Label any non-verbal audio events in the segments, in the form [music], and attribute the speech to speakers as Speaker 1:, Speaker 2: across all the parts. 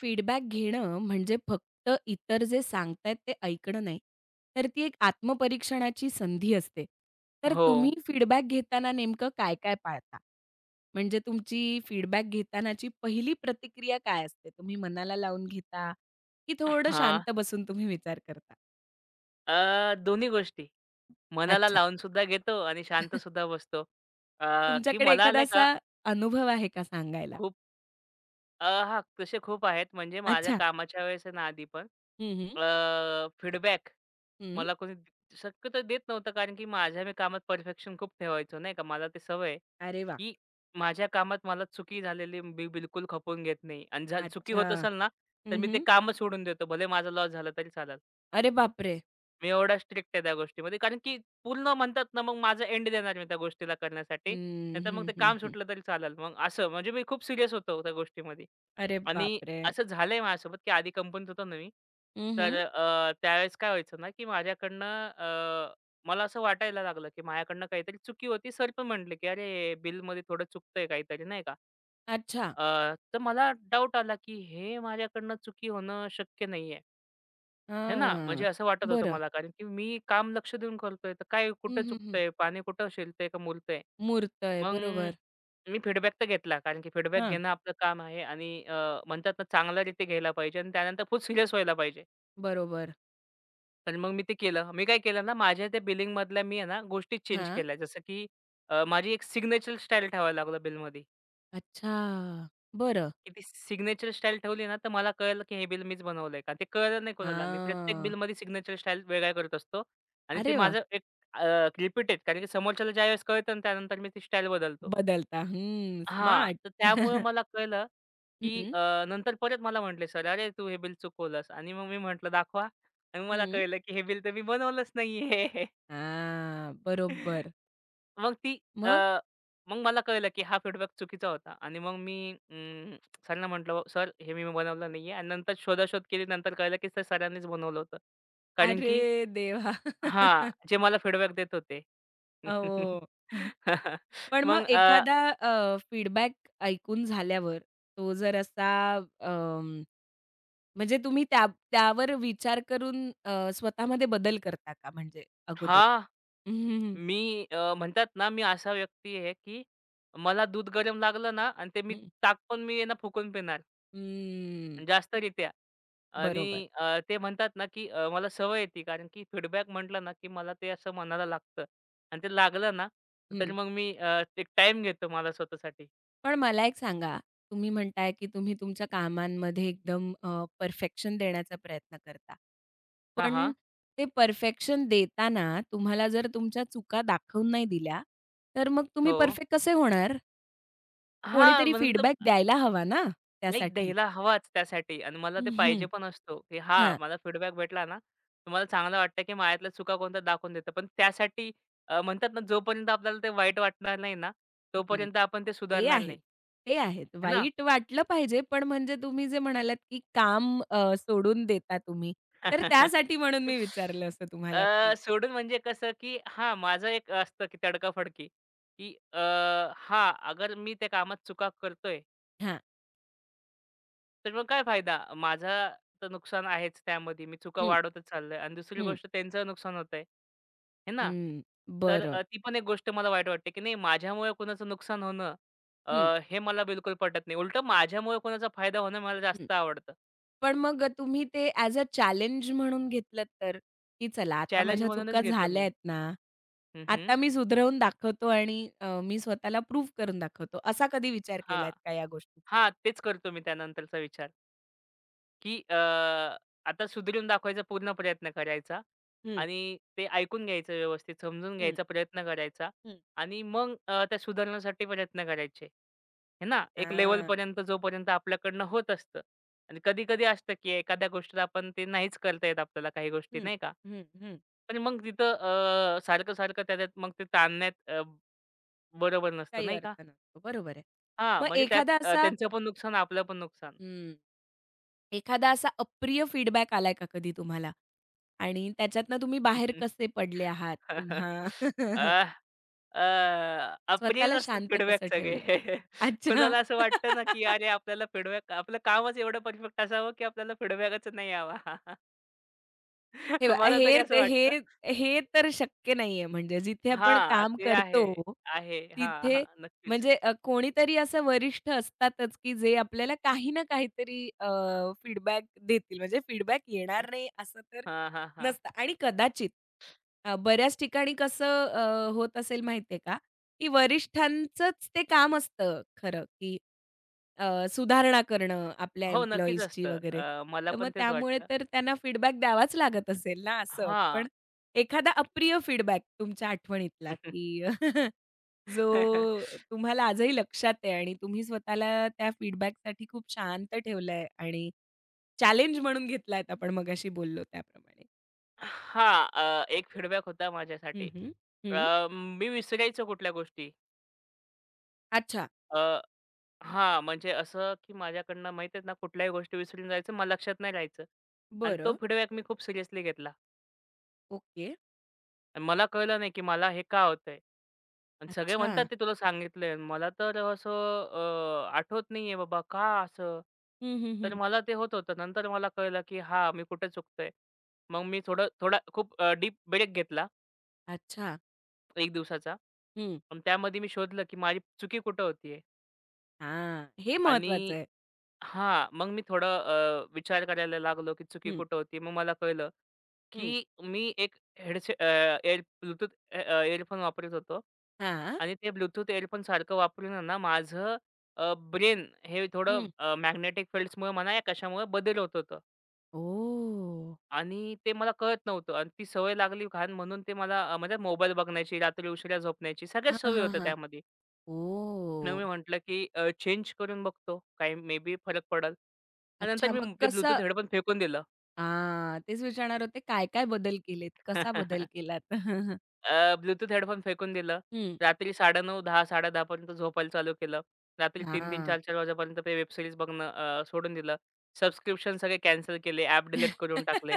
Speaker 1: Feedback घेणं म्हणजे फक्त इतर जे सांगतायत ते ऐकणं नाही, तर ती एक आत्मपरीक्षणाची संधी असते. तर
Speaker 2: हो.
Speaker 1: तुम्ही फीडबॅक घेताना नेमकं काय-काय पाळता? म्हणजे तुमची फीडबॅक घेतानाची पहिली प्रतिक्रिया काय असते? तुम्ही मनाला लावून घेता, की थोडं
Speaker 2: हां.
Speaker 1: शांत बसून तुम्ही विचार करता?
Speaker 2: दोन्ही गोष्टी. मनाला
Speaker 1: अच्छा.
Speaker 2: लावून सुद्धा घेतो आणि शांत
Speaker 1: [laughs]
Speaker 2: सुद्धा बसतो. की
Speaker 1: तुमच्याकडे
Speaker 2: मला
Speaker 1: एखादा
Speaker 2: नाही का
Speaker 1: असा अनुभव आहे का सांगायला?
Speaker 2: खूप हां, तसे खूप आहेत. म्हणजे माझ्या
Speaker 1: अच्छा.
Speaker 2: कामाच्या वेळेस आहे ना आधी पण
Speaker 1: हं, हं.
Speaker 2: फीडबॅक
Speaker 1: हं.
Speaker 2: मला कोणी शक्यतो देत नव्हतं. कारण की माझ्या मी कामात परफेक्शन खूप ठेवायचो नाही का. मला ते सवय आहे,
Speaker 1: अरे वाह!
Speaker 2: की माझ्या कामात मला चुकी झालेली मी बिलकुल खपवून घेत नाही आणि जर चुकी
Speaker 1: अच्छा.
Speaker 2: होत असेल ना, तर
Speaker 1: हं,
Speaker 2: मी ते
Speaker 1: हं.
Speaker 2: कामच सोडून देतो. भले माझा लॉस झाला तरी चालेल.
Speaker 1: अरे बापरे!
Speaker 2: मी एवढा स्ट्रिक्ट आहे त्या गोष्टीमध्ये. कारण की पूर्ण म्हणतात ना, मग माझं एंड देणार मी त्या गोष्टीला करण्यासाठी.
Speaker 1: हं,
Speaker 2: नाहीतर मग
Speaker 1: हं,
Speaker 2: ते
Speaker 1: हं,
Speaker 2: काम
Speaker 1: हं.
Speaker 2: सुटलं तरी चालेल. मग असं म्हणजे मी खूप सीरियस होतो त्या गोष्टीमध्ये.
Speaker 1: अरे
Speaker 2: आणि
Speaker 1: बापरे!
Speaker 2: असं झालंय माझ्यासोबत, की आधी कंपनीत होतो ना मी. तर
Speaker 1: हं,
Speaker 2: त्यावेळेस काय व्हायचं ना, की माझ्याकडनं मला असं वाटायला लागलं, की माझ्याकडनं काहीतरी चुकी होती. सर पण म्हटले, की "अरे, बिलमध्ये थोडं चुकतंय काहीतरी," नाही का.
Speaker 1: अच्छा.
Speaker 2: तर मला डाऊट आला, की हे माझ्याकडनं चुकी होणं शक्य नाहीये. हे ना, म्हणजे
Speaker 1: हां.
Speaker 2: असं वाटत होतं
Speaker 1: बरं.
Speaker 2: मला कारण की मी काम लक्ष देऊन करतोय, तर काय
Speaker 1: हं,
Speaker 2: कुठे
Speaker 1: हं, हं.
Speaker 2: चुकतंय? पाणी कुठं शिलतंय का मुरतंय?
Speaker 1: मूर्त आहे.
Speaker 2: मग
Speaker 1: बरोबर.
Speaker 2: मी फीडबॅक तर घेतला कारण की फीडबॅक
Speaker 1: हां.
Speaker 2: घेणं आपलं काम आहे आणि म्हणतात ना चांगल्यारीत्या घ्यायला पाहिजे आणि त्यानंतर फुल सिरियस व्हायला पाहिजे.
Speaker 1: बरोबर.
Speaker 2: तर मग मी ते केलं. मी काय केलं ना, माझ्या त्या बिलिंगमधल्या मी आहे ना, गोष्टी चेंज
Speaker 1: हां.
Speaker 2: केल्या. जसं की माझी एक सिग्नेचर स्टाईल ठेवायला लागलो बिलमध्ये.
Speaker 1: अच्छा. बरं.
Speaker 2: की ती सिग्नेचर स्टाईल ठेवली ना, तर मला कळलं की हे बिल मीच बनवलंय का. ते कळलं नाही कोणाला. मी प्रत्येक
Speaker 1: हां.
Speaker 2: बिलमध्ये सिग्नेचर स्टाईल वेगळा करत असतो आणि ते
Speaker 1: अरे वाह!
Speaker 2: माझं एक रिपीट आहे. कारण की समोरच्याला ज्यावेळेस कळतं ना, त्यानंतर मी ती स्टाईल बदलतो.
Speaker 1: बदलता. हं.
Speaker 2: हां,
Speaker 1: स्मार्ट.
Speaker 2: तर त्यामुळे
Speaker 1: [laughs]
Speaker 2: मला कळलं की
Speaker 1: हं.
Speaker 2: नंतर परत मला म्हटले सर, "अरे, तू हे बिल चुकवलंस" आणि मग मी म्हटलं, "दाखवा." आणि मला
Speaker 1: हं.
Speaker 2: कळलं की हे बिल तर मी बनवलंच नाहीये.
Speaker 1: हां.
Speaker 2: [laughs]
Speaker 1: बरोबर.
Speaker 2: मग ती अ,
Speaker 1: मग?
Speaker 2: मग मला कळलं, की हा फीडबॅक चुकीचा होता आणि मग मी सरांना म्हटलं, "सर हे मी बनवलं नाहीये" आणि नंतर शोधाशोध केली. नंतर कळलं, की ते सरांनीच बनवलं होतं. कारण की
Speaker 1: अरे देवा!
Speaker 2: हां,
Speaker 1: [laughs]
Speaker 2: जे मला फीडबॅक देत होते. [laughs]
Speaker 1: अहो. [laughs] पण मग
Speaker 2: मग
Speaker 1: एखादा फीडबॅक ऐकून झाल्यावर तो जर असा अं, म्हणजे तुम्ही त्यावर विचार करून स्वतःमध्ये बदल करता का म्हणजे अगोदर?
Speaker 2: हां,
Speaker 1: हं, हं.
Speaker 2: मी म्हणतात ना, मी असा व्यक्ती आहे, की मला दूध गरम लागलं ना आणि ते मी ताक पण मी आहे ना फुकून पिणार.
Speaker 1: हं,
Speaker 2: जास्तरित्या
Speaker 1: बरोबर.
Speaker 2: आणि ते म्हणतात ना, की मला सवय आहे कारण की फीडबॅक म्हटलं ना, की मला ते असं मनाला लागतं आणि ते लागलं ना,
Speaker 1: हं.
Speaker 2: तर मग मी एक टाईम घेतो मला स्वतःसाठी.
Speaker 1: पण मला एक सांगा, तुम्ही म्हणताय की तुम्ही तुमच्या कामांमध्ये एकदम परफेक्शन देण्याचा प्रयत्न करता.
Speaker 2: हां,
Speaker 1: पण
Speaker 2: हां.
Speaker 1: ते परफेक्शन देताना तुम्हाला जर तुमच्या चुका दाखवून नाही दिल्या, तर मग तुम्ही
Speaker 2: हो.
Speaker 1: परफेक्ट कसे होणार?
Speaker 2: हां,
Speaker 1: कोणीतरी
Speaker 2: म्हणून तर
Speaker 1: फीडबॅक द्यायला हवा ना
Speaker 2: नाही
Speaker 1: त्यासाठी.
Speaker 2: द्यायला हवाच त्यासाठी आणि मला ते
Speaker 1: हं,
Speaker 2: पाहिजे पण असतो, की हां,
Speaker 1: हां.
Speaker 2: मला फीडबॅक भेटला ना, तर मला चांगलं वाटतं, की माझ्यातल्या चुका कोणत्या दाखवून देतं. पण त्यासाठी म्हणतात ना, जोपर्यंत आपल्याला ते वाईट वाटणार नाही ना,
Speaker 1: हं.
Speaker 2: तोपर्यंत आपण ते
Speaker 1: ते
Speaker 2: सुधारणार
Speaker 1: आहेत.
Speaker 2: नाही.
Speaker 1: ते आहेत.
Speaker 2: है ना?
Speaker 1: वाईट वाटलं पाहिजे, पण म्हणजे तुम्ही जे म्हणालात, की काम सोडून देता तुम्ही, तर त्यासाठी म्हणून मी
Speaker 2: [laughs]
Speaker 1: विचारलं असं तुम्हाला, की
Speaker 2: सोडून म्हणजे कसं, की हां, माझं एक असतं, की तडकाफडकी, की हां, अगर मी त्या कामात चुका करतोय,
Speaker 1: हां.
Speaker 2: तर मग काय फायदा? माझा तर नुकसान आहेच त्यामध्ये. मी चुका
Speaker 1: हं,
Speaker 2: वाढवतच चाललोय आणि दुसरी
Speaker 1: हं,
Speaker 2: गोष्ट त्यांचं नुकसान होतंय. हे ना?
Speaker 1: हं.
Speaker 2: तर
Speaker 1: बरं.
Speaker 2: ती पण एक गोष्ट मला वाईट वाटते, की नाही माझ्यामुळे कुणाचं नुकसान होणं
Speaker 1: हं,
Speaker 2: अ, हे मला बिलकुल पटत नाही. उलटं माझ्यामुळे कोणाचा फायदा होणं मला
Speaker 1: हं.
Speaker 2: जास्त आवडतं.
Speaker 1: पण मग तुम्ही ते ॲज अ चॅलेंज म्हणून घेतलत तर? की चला आता
Speaker 2: चॅलेंज
Speaker 1: माझ्या चुका
Speaker 2: म्हणूनच घेतो
Speaker 1: झाल्या
Speaker 2: मी.
Speaker 1: आहेत ना,
Speaker 2: हं, हं.
Speaker 1: आता मी सुधरवून दाखवतो आणि मी स्वतःला प्रूव्ह करून दाखवतो. असा कधी विचार
Speaker 2: हां.
Speaker 1: केलात का या गोष्टी?
Speaker 2: हां, तेच करतो मी त्यानंतरचा विचार. की आता सुधरून दाखवायचा पूर्ण प्रयत्न करायचा
Speaker 1: हं,
Speaker 2: आणि ते ऐकून घ्यायचं व्यवस्थित, समजून
Speaker 1: हं,
Speaker 2: घ्यायचा प्रयत्न करायचा
Speaker 1: हं.
Speaker 2: आणि मग त्या सुधारण्यासाठी प्रयत्न करायचे. हे ना, एक
Speaker 1: हां.
Speaker 2: लेव्हलपर्यंत जोपर्यंत आपल्याकडनं होत असतं आणि कधी-कधी असतं की एखाद्या गोष्टीला आपण ते नाहीच करता येत आपल्याला काही गोष्टी,
Speaker 1: हं,
Speaker 2: नाही का?
Speaker 1: हं, हं.
Speaker 2: पण मग तिथं सारखं-सारखं त्याच्यात मग ते ताणण्यात बरोबर नसतं,
Speaker 1: काही
Speaker 2: नाही का?
Speaker 1: अर्थ नसतो. बरोबर आहे.
Speaker 2: हां,
Speaker 1: मग
Speaker 2: म्हणजे त्यात
Speaker 1: एखादा असा
Speaker 2: त्यांचं पण नुकसान, आपलं पण नुकसान.
Speaker 1: हं, एखादा असा अप्रिय फीडबॅक आलाय का कधी तुम्हाला? आणि त्याच्यातनं तुम्ही बाहेर कसे पडले आहात?
Speaker 2: [laughs]
Speaker 1: किंवा
Speaker 2: अ, अ, अप्रियच
Speaker 1: स्वतःला
Speaker 2: असतात
Speaker 1: शांत
Speaker 2: फीडबॅक
Speaker 1: कसं
Speaker 2: सगळे.
Speaker 1: ठेवलंय?
Speaker 2: [laughs]
Speaker 1: अच्छा.
Speaker 2: कुणाला असं वाटतं ना, की
Speaker 1: [laughs]
Speaker 2: अरे आपल्याला फीडबॅक आपलं कामच एवढं परफेक्ट असावं, की आपल्याला फीडबॅकच नाही यावा. [laughs]
Speaker 1: हे बघा
Speaker 2: मला
Speaker 1: हे
Speaker 2: तरी असं
Speaker 1: ते
Speaker 2: वाटतं.
Speaker 1: हे हे तर शक्य नाहीये. म्हणजे जिथे आपण
Speaker 2: हां,
Speaker 1: काम
Speaker 2: ते आहे,
Speaker 1: करतो,
Speaker 2: आहे. हां,
Speaker 1: तिथे
Speaker 2: हां. नक्कीच.
Speaker 1: म्हणजे कोणीतरी असं वरिष्ठ असतातच, की जे आपल्याला काही ना काहीतरी फीडबॅक देतील. म्हणजे फीडबॅक येणार नाही असं तर
Speaker 2: हां, हां, हां.
Speaker 1: नसतं आणि कदाचित बऱ्याच ठिकाणी कसं होत असेल माहिती का? की वरिष्ठांचंच ते काम असतं खरं, की सुधारणा करणं आपल्या
Speaker 2: हो, नक्कीच
Speaker 1: एम्प्लॉईजची
Speaker 2: असतं.
Speaker 1: वगैरे.
Speaker 2: मला
Speaker 1: तर मग
Speaker 2: पण तेच
Speaker 1: त्यामुळे
Speaker 2: वाटतं.
Speaker 1: तर त्यांना फीडबॅक द्यावाच लागत असेल ना असं. पण
Speaker 2: हां.
Speaker 1: एखादा अप्रिय फीडबॅक तुमच्या आठवणीतला, की [laughs] जो
Speaker 2: हां, [laughs]
Speaker 1: तुम्हाला आजही लक्षात आहे आणि तुम्ही स्वतःला त्या फीडबॅकसाठी खूप शांत ठेवलंय आणि चॅलेंज म्हणून घेतलायत आपण मगाशी बोललो त्याप्रमाणे?
Speaker 2: एक फीडबॅक होता
Speaker 1: हं,
Speaker 2: माझ्यासाठी.
Speaker 1: हं. हं.
Speaker 2: मी विसरायचो कुठल्या गोष्टी.
Speaker 1: अच्छा.
Speaker 2: हां, म्हणजे असं की माझ्याकडनं माहीत आहेत ना, कुठल्याही गोष्टी विसरून जायचं, मला लक्षात नाही राहायचं. आणि तो
Speaker 1: बरं.
Speaker 2: फीडबॅक मी खूप सिरियसली घेतला.
Speaker 1: ओके.
Speaker 2: आणि मला कळलं नाही की मला हे का होतंय? आणि सगळे
Speaker 1: अच्छा.
Speaker 2: म्हणतात ते तुला सांगितलंय. मला तर असं आठवत नाहीये बाबा का असं?
Speaker 1: हं, हं,
Speaker 2: तर
Speaker 1: हं.
Speaker 2: मला ते होत होतं. नंतर मला कळलं की हां, मी कुठे चुकतोय. मग मी थोडा खूप डीप ब्रेक घेतला
Speaker 1: अच्छा.
Speaker 2: 1 दिवसाचा.
Speaker 1: हं.
Speaker 2: आणि त्यामध्ये मी शोधलं की माझी चुकी कुठं होतीये?
Speaker 1: हां, हे महत्वाचं
Speaker 2: आणि
Speaker 1: आहे.
Speaker 2: हां, मग मी थोडं विचार करायला लागलो, की चुकी
Speaker 1: हं,
Speaker 2: कुठं होती. मग मला कळलं,
Speaker 1: हं.
Speaker 2: की मी एक हेडसे एअर ब्लूटूथ वापरत होतो
Speaker 1: हां.
Speaker 2: आणि ते ब्लूटूथ इअरफोनसारखं वापरून आहे ना, माझं ब्रेन हे थोडं
Speaker 1: हं.
Speaker 2: मॅग्नेटिक फील्ड्समुळे म्हणा या कशामुळे बदल होत होतं
Speaker 1: ओह!
Speaker 2: आणि ते मला कळत नव्हतं आणि ती सवय लागली घाण म्हणून ते मला म्हणजे मोबाईल बघण्याची, रात्री उशिरा झोपण्याची सगळ्याच
Speaker 1: हां,
Speaker 2: सवयी
Speaker 1: हां,
Speaker 2: होत्या
Speaker 1: हां.
Speaker 2: त्यामध्ये. मग मी
Speaker 1: ओह!
Speaker 2: म्हटलं, की चेंज करून बघतो. काही मे बी फरक पडेल. आणि
Speaker 1: अच्छा
Speaker 2: नंतर
Speaker 1: मग
Speaker 2: मी ते
Speaker 1: कसं
Speaker 2: ब्लूटूथ हेडफोन फेकून दिलं.
Speaker 1: हां, तेच विचारणार होते काय, काय बदल केलेत? कसा बदल
Speaker 2: [laughs]
Speaker 1: केलात? [laughs]
Speaker 2: ब्लूटूथ हेडफोन फेकून दिलं.
Speaker 1: हं.
Speaker 2: रात्री 9:30, 10, 10:30 पर्यंत झोपायला चालू केलं. रात्री 3
Speaker 1: हां.
Speaker 2: 4-4 वाजेपर्यंत ते वेब सीरीज बघणं सोडून दिलं. सबस्क्रिप्शन सगळे कॅन्सल केले. ॲप डिलीट करून टाकले.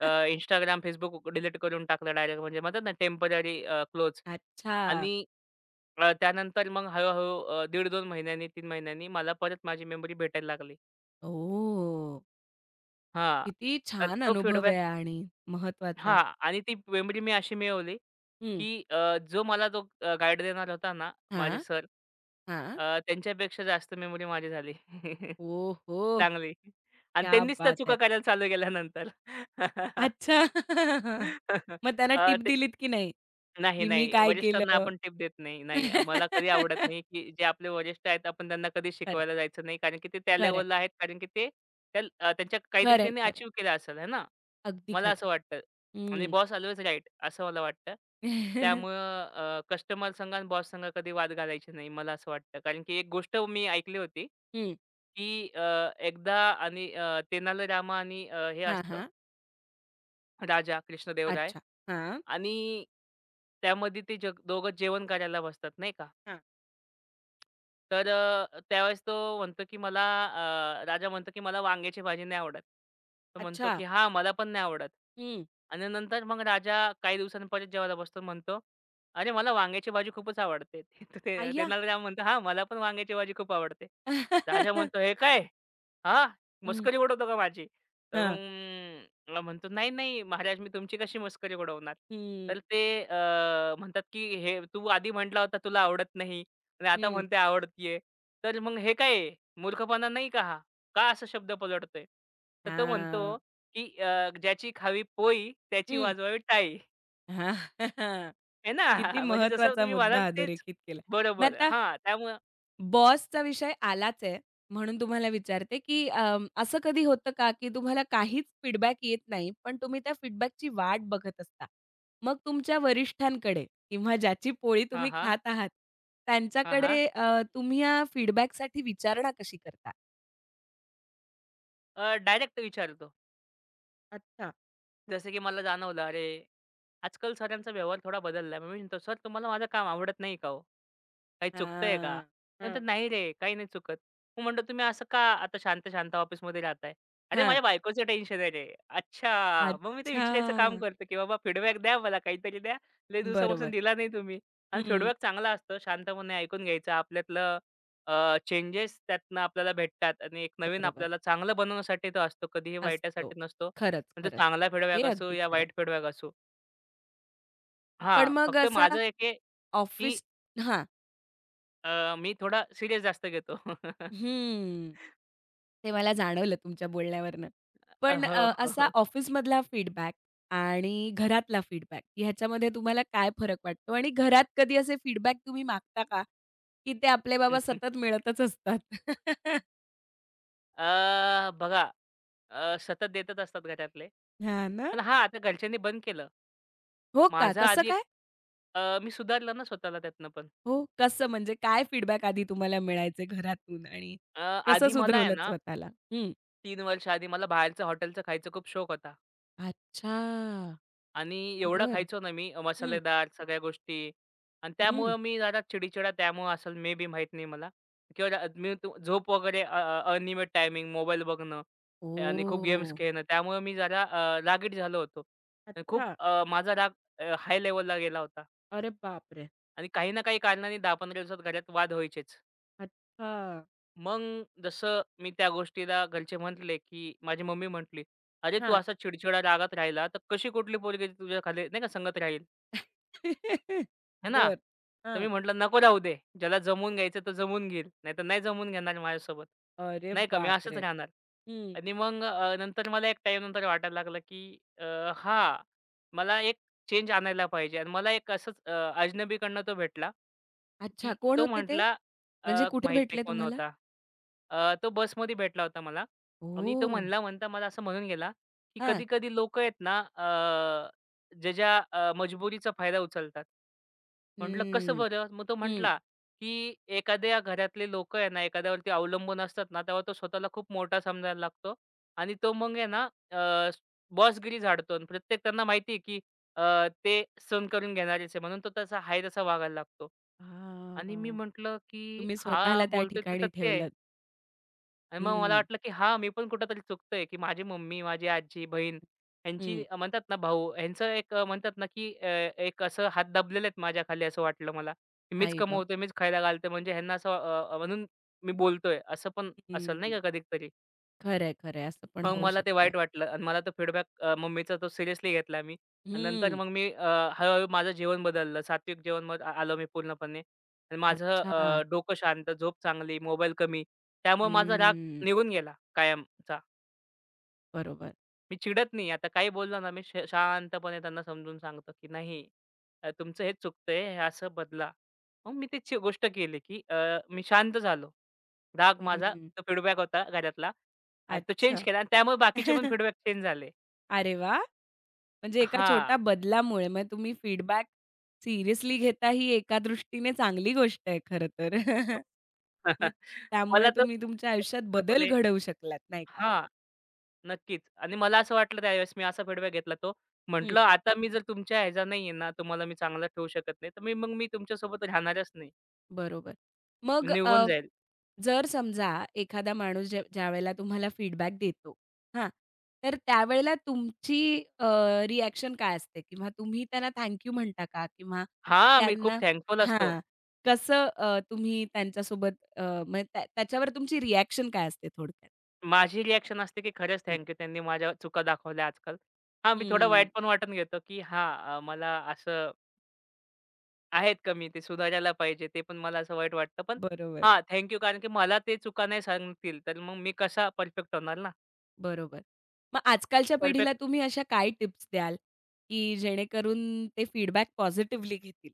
Speaker 2: अ, Instagram, डिलीट करून टाकलं डायरेक्ट. म्हणजे म्हणतात ना टेम्पररी क्लोज.
Speaker 1: अच्छा.
Speaker 2: आणि त्यानंतर मग हळू-हळू 15 महिन्यांनी, 3 महिन्यांनी मला परत माझी मेमरी भेटायला लागली.
Speaker 1: ओह!
Speaker 2: हां.
Speaker 1: किती
Speaker 2: तर
Speaker 1: छान
Speaker 2: तो
Speaker 1: अनुभव आहे
Speaker 2: फीडबॅक
Speaker 1: आणि महत्वाचा.
Speaker 2: हां. आणि ती मेमरी मी अशी मिळवली,
Speaker 1: हं.
Speaker 2: की अ, जो मला जो अ, गाईड देणार होता ना, माझे
Speaker 1: हां,
Speaker 2: सर
Speaker 1: हां.
Speaker 2: त्यांच्यापेक्षा जास्त मेमरी माझी झाली. [laughs]
Speaker 1: ओहो!
Speaker 2: चांगली. आणि
Speaker 1: क्या
Speaker 2: त्यांनीच त्या
Speaker 1: बात
Speaker 2: चुका
Speaker 1: है!
Speaker 2: करायला चालू केल्या नंतर. [laughs]
Speaker 1: अच्छा. [laughs] मग त्यांना टिप
Speaker 2: ते
Speaker 1: दिलीत की नाही?
Speaker 2: नाही,
Speaker 1: की मी
Speaker 2: नाही.
Speaker 1: काय
Speaker 2: वरिष्ठांना
Speaker 1: केलं?
Speaker 2: आपण टिप देत नाही. नाही, मला कधी आवडत
Speaker 1: [laughs]
Speaker 2: नाही, की जे आपले वरिष्ठ आहेत, आपण त्यांना कधी
Speaker 1: खरं आहे,
Speaker 2: शिकवायला जायचं नाही. कारण की ते त्या
Speaker 1: खरं आहे,
Speaker 2: लेव्हलला आहेत. कारण की ते त्या त्यांच्या काहीतरी
Speaker 1: खरं
Speaker 2: त्यांनी
Speaker 1: आहे,
Speaker 2: अचीव्ह केलं असेल, आहे ना?
Speaker 1: अगदी
Speaker 2: मला
Speaker 1: खरं
Speaker 2: असं वाटतं
Speaker 1: आहे.
Speaker 2: आणि
Speaker 1: हं.
Speaker 2: बॉस ऑल्वेज राइट असं मला वाटतं. त्यामुळं कस्टमर संघ आणि बॉस संघ कधी वाद घालायचे नाही मला असं वाटतं. कारण की एक गोष्ट मी ऐकली होती,
Speaker 1: हं.
Speaker 2: की एकदा आणि तेनाली रामा आणि हे
Speaker 1: हां,
Speaker 2: असतं
Speaker 1: हां. [laughs]
Speaker 2: राजा कृष्णदेवराय
Speaker 1: अच्छा. हां,
Speaker 2: आणि त्यामध्ये ते जग दोघं जेवण करायला बसतात नाही का?
Speaker 1: हां.
Speaker 2: तर त्यावेळेस तो म्हणतो, की मला राजा म्हणतो, की "मला वांग्याची भाजी नाही आवडत." तो म्हणतो,
Speaker 1: अच्छा.
Speaker 2: की "हां, मला पण नाही आवडत."
Speaker 1: हं.
Speaker 2: आणि नंतर मग राजा काही दिवसांनी परत बसतो म्हणतो, "अरे, मला वांग्याची भाजी खूपच आवडते." [laughs] ते ते-
Speaker 1: अय्या!
Speaker 2: तेनालीराम म्हणतो, "हां, मला पण वांग्याची भाजी खूप आवडते." राजा म्हणतो, "हे काय? हां,
Speaker 1: हं.
Speaker 2: मस्करी उडवतो का माझी?" तर
Speaker 1: हां.
Speaker 2: मग म्हणतो, "नाही, नाही महाराज, मी तुमची कशी मस्करी उडवणार?"
Speaker 1: हं,
Speaker 2: तर ते म्हणतात, की "हे तू आधी म्हटला होता तुला आवडत नाही." आणि आता
Speaker 1: हं.
Speaker 2: म्हणते आवडतीये. तर मग हे काय आहे? मूर्खपणा नाही का हा? का असा शब्द पलटतोय? तर तो म्हणतो,
Speaker 1: हां.
Speaker 2: की "ज्याची खावी पोळी त्याची
Speaker 1: हं.
Speaker 2: वाजवावी टाळी."
Speaker 1: हां. [laughs] [laughs]
Speaker 2: आहे ना?
Speaker 1: किती
Speaker 2: [laughs] म्हणजे जसं
Speaker 1: महत्वाचा
Speaker 2: तुम्ही म्हणाल
Speaker 1: मुद्दा
Speaker 2: तेच.
Speaker 1: अधोरेखित केला. मग
Speaker 2: बरोबर.
Speaker 1: आता
Speaker 2: हां, त्यामुळं
Speaker 1: बॉसचा विषय आलाच आहे, म्हणून तुम्हाला विचारते, की असं कधी होतं का, की तुम्हाला काहीच फीडबॅक येत नाही, पण तुम्ही त्या फीडबॅकची वाट बघत असता? मग तुमच्या वरिष्ठांकडे किंवा ज्याची पोळी
Speaker 2: हां,
Speaker 1: तुम्ही
Speaker 2: हां.
Speaker 1: खात आहात,
Speaker 2: हां, हां.
Speaker 1: त्यांच्याकडे तुम्ही या फीडबॅकसाठी विचारणा कशी करता?
Speaker 2: डायरेक्ट विचारतो.
Speaker 1: अच्छा.
Speaker 2: जसं की मला जाणवलं, अरे, आजकाल सरांचा व्यवहार थोडा बदलला आहे. मी म्हणतो, "सर तुम्हाला माझं काम आवडत नाही का हो? काही चुकतंय का?"
Speaker 1: हां,
Speaker 2: ते
Speaker 1: हां.
Speaker 2: म्हणतात, "नाही रे, काही नाही चुकत." मग म्हटलं, "तुम्ही असं का आता शांत-शांत ऑफिसमध्ये राहताय?" "अरे,
Speaker 1: हां.
Speaker 2: माझ्या बायकोचं टेन्शन आहे रे." "अच्छा." मग मी ते
Speaker 1: अच्छा.
Speaker 2: विचारायचं काम करतो, की बाबा फीडबॅक द्या मला, काहीतरी द्या. लई दिवसापासून
Speaker 1: बरोबर.
Speaker 2: दिला नाही तुम्ही आणि
Speaker 1: हं.
Speaker 2: फीडबॅक चांगला असतो. शांतपणे ऐकून घ्यायचा. आपल्यातलं चेंजेस त्यातनं आपल्याला भेटतात आणि एक नवीन
Speaker 1: बरोबर.
Speaker 2: आपल्याला चांगलं बनवण्यासाठी तो असतो. कधीही
Speaker 1: असतो.
Speaker 2: वाईटासाठी नसतो.
Speaker 1: खरंच,
Speaker 2: म्हणजे
Speaker 1: खरंच.
Speaker 2: चांगला
Speaker 1: हे
Speaker 2: फीडबॅक असो
Speaker 1: अगदी
Speaker 2: या
Speaker 1: खरं
Speaker 2: वाईट फीडबॅक असो.
Speaker 1: पण
Speaker 2: हां,
Speaker 1: मग
Speaker 2: फक्त
Speaker 1: असा
Speaker 2: माझं एक आहे, की
Speaker 1: ऑफिस हां.
Speaker 2: मी थोडा सीरियस जास्त घेतो. [laughs]
Speaker 1: हम्म. ते मला जाणवलं तुमच्या बोलण्यावरनं. पण
Speaker 2: हो, हो,
Speaker 1: असा
Speaker 2: हो.
Speaker 1: ऑफिसमधला फीडबॅक आणि घरातला फीडबॅक ह्याच्यामध्ये तुम्हाला काय फरक वाटतो? आणि घरात कधी असे फीडबॅक तुम्ही मागता का? की ते आपले बाबा सतत
Speaker 2: [laughs]
Speaker 1: मिळतच असतात? [laughs]
Speaker 2: अ, बघा सतत देतच असतात घरातले.
Speaker 1: हां ना.
Speaker 2: पण हां, आता घरच्यांनी बंद केलं.
Speaker 1: हो का?
Speaker 2: माझा
Speaker 1: कसं
Speaker 2: आधी एक
Speaker 1: काय?
Speaker 2: मी सुधारलं ना स्वतःला त्यातनं पण.
Speaker 1: हो, कसं म्हणजे काय फीडबॅक आधी तुम्हाला मिळायचे घरातून आणि
Speaker 2: अ,
Speaker 1: कसं
Speaker 2: आधी मला आहे
Speaker 1: सुधरवलं
Speaker 2: ना
Speaker 1: स्वतःला? हं.
Speaker 2: 3 वर्ष आधी मला बाहेरचं हॉटेलचं खायचा खूप शौक होता.
Speaker 1: अच्छा.
Speaker 2: आणि एवढा
Speaker 1: बरं.
Speaker 2: खायचो ना मी
Speaker 1: हं,
Speaker 2: मसालेदार सगळ्या गोष्टी आणि
Speaker 1: हं.
Speaker 2: त्यामुळं मी जरा चिडचिडा त्यामुळं असेल मे बी माहीत नाही मला किंवा झोप वगैरे अनियमित टायमिंग, मोबाईल बघणं आणि खूप गेम्स
Speaker 1: ओह!
Speaker 2: खेळणं त्यामुळे मी जरा रागीट झालो होतो आणि खूप
Speaker 1: अच्छा.
Speaker 2: माझा राग हाय लेवलला गेला होता
Speaker 1: अरे बापरे!
Speaker 2: आणि काही ना काही कारणाने 10-15 दिवसात घरात वाद व्हायचेच.
Speaker 1: अच्छा!
Speaker 2: मग जसं मी त्या गोष्टीला घरचे म्हटले की माझी मम्मी म्हटली अरे तू
Speaker 1: हां.
Speaker 2: असा चिडचिडा रागात राहिला तर कशी कुठली पोरगी तुझ्या खाली नाही का संगत राहील
Speaker 1: [laughs]
Speaker 2: आहे ना?
Speaker 1: बरं.
Speaker 2: तर मी
Speaker 1: हां.
Speaker 2: म्हटलं, "नको राहू दे. ज्याला जमवून घ्यायचं तर जमवून घेईल. नाहीतर नाही जमवून घेणार माझ्यासोबत."
Speaker 1: अरे
Speaker 2: नाही का, मी असंच
Speaker 1: बापरे!
Speaker 2: राहणार.
Speaker 1: हं.
Speaker 2: आणि मग नंतर मला एक टाईमनंतर वाटायला लागलं, की हां, मला एक चेंज आणायला पाहिजे. आणि मला एक असंच अजनबीकडनं तो भेटला,
Speaker 1: अच्छा.
Speaker 2: की
Speaker 1: कोण
Speaker 2: तो
Speaker 1: होते ते?
Speaker 2: म्हटला अ,
Speaker 1: म्हणजे कुठे
Speaker 2: माहीत नाही
Speaker 1: भेटले
Speaker 2: कोण
Speaker 1: तुम्हाला?
Speaker 2: होता. तो बसमध्ये भेटला होता मला आणि तो
Speaker 1: ओह!
Speaker 2: म्हणला मला असं म्हणून गेला, की
Speaker 1: हां.
Speaker 2: कधी-कधी लोकं आहेत ना, ज्याच्या मजबुरीचा फायदा उचलतात. म्हटलं, "कसं
Speaker 1: हं.
Speaker 2: बरं?" मग तो
Speaker 1: हं.
Speaker 2: म्हटला, की "एखाद्या घरातले लोकं आहे ना, एखाद्यावरती अवलंबून असतात ना, तेव्हा तो स्वतःला खूप मोठा समजायला लागतो आणि तो मग आहे ना, बॉसगिरी झाडतो आणि प्रत्येक त्यांना माहिती आहे, की ते सहन करून घेणारेच आहे म्हणून तो तसा आहे तसा वागायला लागतो." आणि मी
Speaker 1: हां.
Speaker 2: म्हटलं, की
Speaker 1: तुम्ही
Speaker 2: "हा
Speaker 1: स्वतःला त्या
Speaker 2: बोलतोय ते
Speaker 1: ठिकाणी
Speaker 2: सत्य आहे."
Speaker 1: ठेवलत.
Speaker 2: आणि मग मला
Speaker 1: हं.
Speaker 2: वाटलं, की हां, मी पण कुठेतरी चुकतोय, की माझी मम्मी, माझी आजी, बहीण यांची
Speaker 1: हं.
Speaker 2: म्हणतात ना भाऊ, यांचं एक म्हणतात ना, की एक असं हात दाबलेले आहेत माझ्याखाली असं वाटलं मला. की मीच
Speaker 1: आई गं!
Speaker 2: कमवतोय, मीच खायला घालतोय म्हणजे ह्यांना असं अ, अ, म्हणून मी बोलतोय असं पण असेल
Speaker 1: हं.
Speaker 2: नाही का कधीतरी.
Speaker 1: खरंय, खरंय. असं पण
Speaker 2: मग
Speaker 1: होऊ
Speaker 2: मला ते
Speaker 1: शकतं.
Speaker 2: वाईट वाटलं आणि मला तो फीडबॅक मम्मीचा तो सिरियसली घेतला मी आणि नंतर
Speaker 1: हं.
Speaker 2: मग मी हळूहळू माझं जेवण बदललं. सात्विक जेवणवर आलो मी पूर्णपणे आणि माझं
Speaker 1: अच्छा.
Speaker 2: डोकं शांत, झोप चांगली, मोबाईल कमी. त्यामुळे माझा राग
Speaker 1: हं.
Speaker 2: निघून गेला कायमचा.
Speaker 1: बरोबर.
Speaker 2: मी चिडत नाही आता काही बोललं ना, मी शांतपणे त्यांना समजून सांगतो, की "नाही, तुमचं हेच चुकतंय, हे असं बदला." मग मी ती गोष्ट केली, की मी शांत झालो. राग माझा
Speaker 1: हं.
Speaker 2: तो फीडबॅक होता घरातला आणि तो चेंज
Speaker 1: अच्छा.
Speaker 2: केला आणि त्यामुळे बाकीचे पण
Speaker 1: [laughs]
Speaker 2: फीडबॅक चेंज झाले.
Speaker 1: अरे वा, म्हणजे एका
Speaker 2: हां.
Speaker 1: छोट्या बदलामुळे म्हणजे तुम्ही फीडबॅक सिरियसली घेता ही एका दृष्टीने चांगली गोष्ट आहे खरं तर. [laughs] मग
Speaker 2: [laughs]
Speaker 1: त्यामुळे
Speaker 2: मला तर
Speaker 1: तुम्ही तुमच्या आयुष्यात बदल
Speaker 2: पूर्णपणे
Speaker 1: घडवू शकलात नाही का?
Speaker 2: हां, नक्कीच. आणि मला असं वाटलं त्यावेळेस मी असा फीडबॅक घेतला तो. म्हटलं आता मी जर तुमच्या ह्याचा नाहीये ना, तुम्हाला मी चांगला ठेवू शकत नाही, तर मग मी तुमच्यासोबत राहणारच नाही.
Speaker 1: बरोबर.
Speaker 2: मी
Speaker 1: मग
Speaker 2: निघून जाईल.
Speaker 1: जर समजा एखादा माणूस ज्यावेळेला तुम्हाला फीडबॅक देतो, हां. तर त्यावेळेला तुमची अ, रिएक्शन काय असते? किंवा तुम्ही त्यांना थँक यू म्हणता का? किंवा
Speaker 2: हां, मी खूप
Speaker 1: त्यांना
Speaker 2: थँकफुल असतो.
Speaker 1: हां. कसं तुम्ही त्यांच्यासोबत म्हणजे त्याच्यावर तुमची रिएक्शन काय असते थोडक्यात?
Speaker 2: माझी रिएक्शन असते, की खरंच
Speaker 1: हं.
Speaker 2: थँक यू त्यांनी माझ्या चुका दाखवल्या आजकाल. हां, मी थोडा
Speaker 1: हं.
Speaker 2: वाईट पण वाटून घेतो, की हां, मला असं आहेत कमी ते सुधारायला पाहिजे. ते पण मला असं वाईट वाटतं. पण
Speaker 1: बरोबर.
Speaker 2: हां, थँक कारण की मला ते चुका नाही सांगतील, तर मग मी कसा परफेक्ट होणार ना?
Speaker 1: बरोबर. मग आजकालच्या पिढीला
Speaker 2: परफेक्ट.
Speaker 1: तुम्ही अशा काय टिप्स द्याल, की जेणेकरून ते फीडबॅक पॉझिटिव्हली घेतील?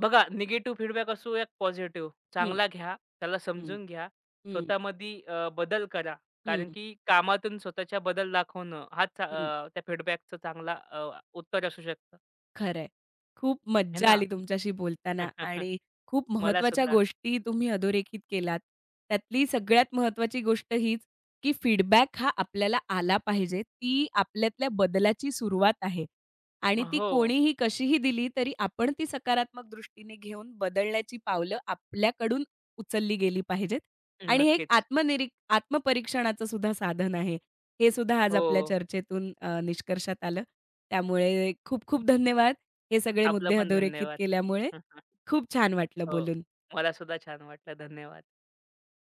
Speaker 2: बघा निगेटिव्ह फीडबॅक असो या पॉझिटिव्ह
Speaker 1: हं.
Speaker 2: चांगला घ्या, त्याला
Speaker 1: हं.
Speaker 2: समजून घ्या.
Speaker 1: हं.
Speaker 2: स्वतःमध्ये बदल करा. कारण
Speaker 1: हं,
Speaker 2: की कामातून स्वतःच्या बदल दाखवणं हाच
Speaker 1: हं.
Speaker 2: त्या फीडबॅकचं चांगला उत्तर असू शकतं.
Speaker 1: खरंय. खूप
Speaker 2: है
Speaker 1: मज्जा
Speaker 2: ना?
Speaker 1: आली तुमच्याशी बोलताना
Speaker 2: [laughs]
Speaker 1: आणि खूप
Speaker 2: मला
Speaker 1: महत्त्वाच्या
Speaker 2: सुद्धा.
Speaker 1: गोष्टी तुम्ही अधोरेखित केलात. त्यातली सगळ्यात महत्त्वाची गोष्ट हीच, की फीडबॅक हा आपल्याला आला पाहिजे. ती आपल्यातल्या बदलाची सुरुवात आहे आणि ती
Speaker 2: हो.
Speaker 1: कोणीही कशीही दिली तरी आपण ती सकारात्मक दृष्टीने घेऊन बदलण्याची पावलं आपल्याकडून उचलली गेली पाहिजेत आणि हे एक
Speaker 2: नक्कीच.
Speaker 1: आत्मपरीक्षणाचं सुद्धा साधन आहे. हे सुद्धा आज
Speaker 2: हो.
Speaker 1: आपल्या चर्चेतून निष्कर्षात आलं. त्यामुळे खूप खूप धन्यवाद. हे सगळे
Speaker 2: आपलं
Speaker 1: मुद्दे
Speaker 2: पण
Speaker 1: अधोरेखित
Speaker 2: धन्यवाद.
Speaker 1: केल्यामुळे.
Speaker 2: [laughs]
Speaker 1: खूप छान वाटलं
Speaker 2: हो.
Speaker 1: बोलून.
Speaker 2: मला सुद्धा छान वाटलं. धन्यवाद.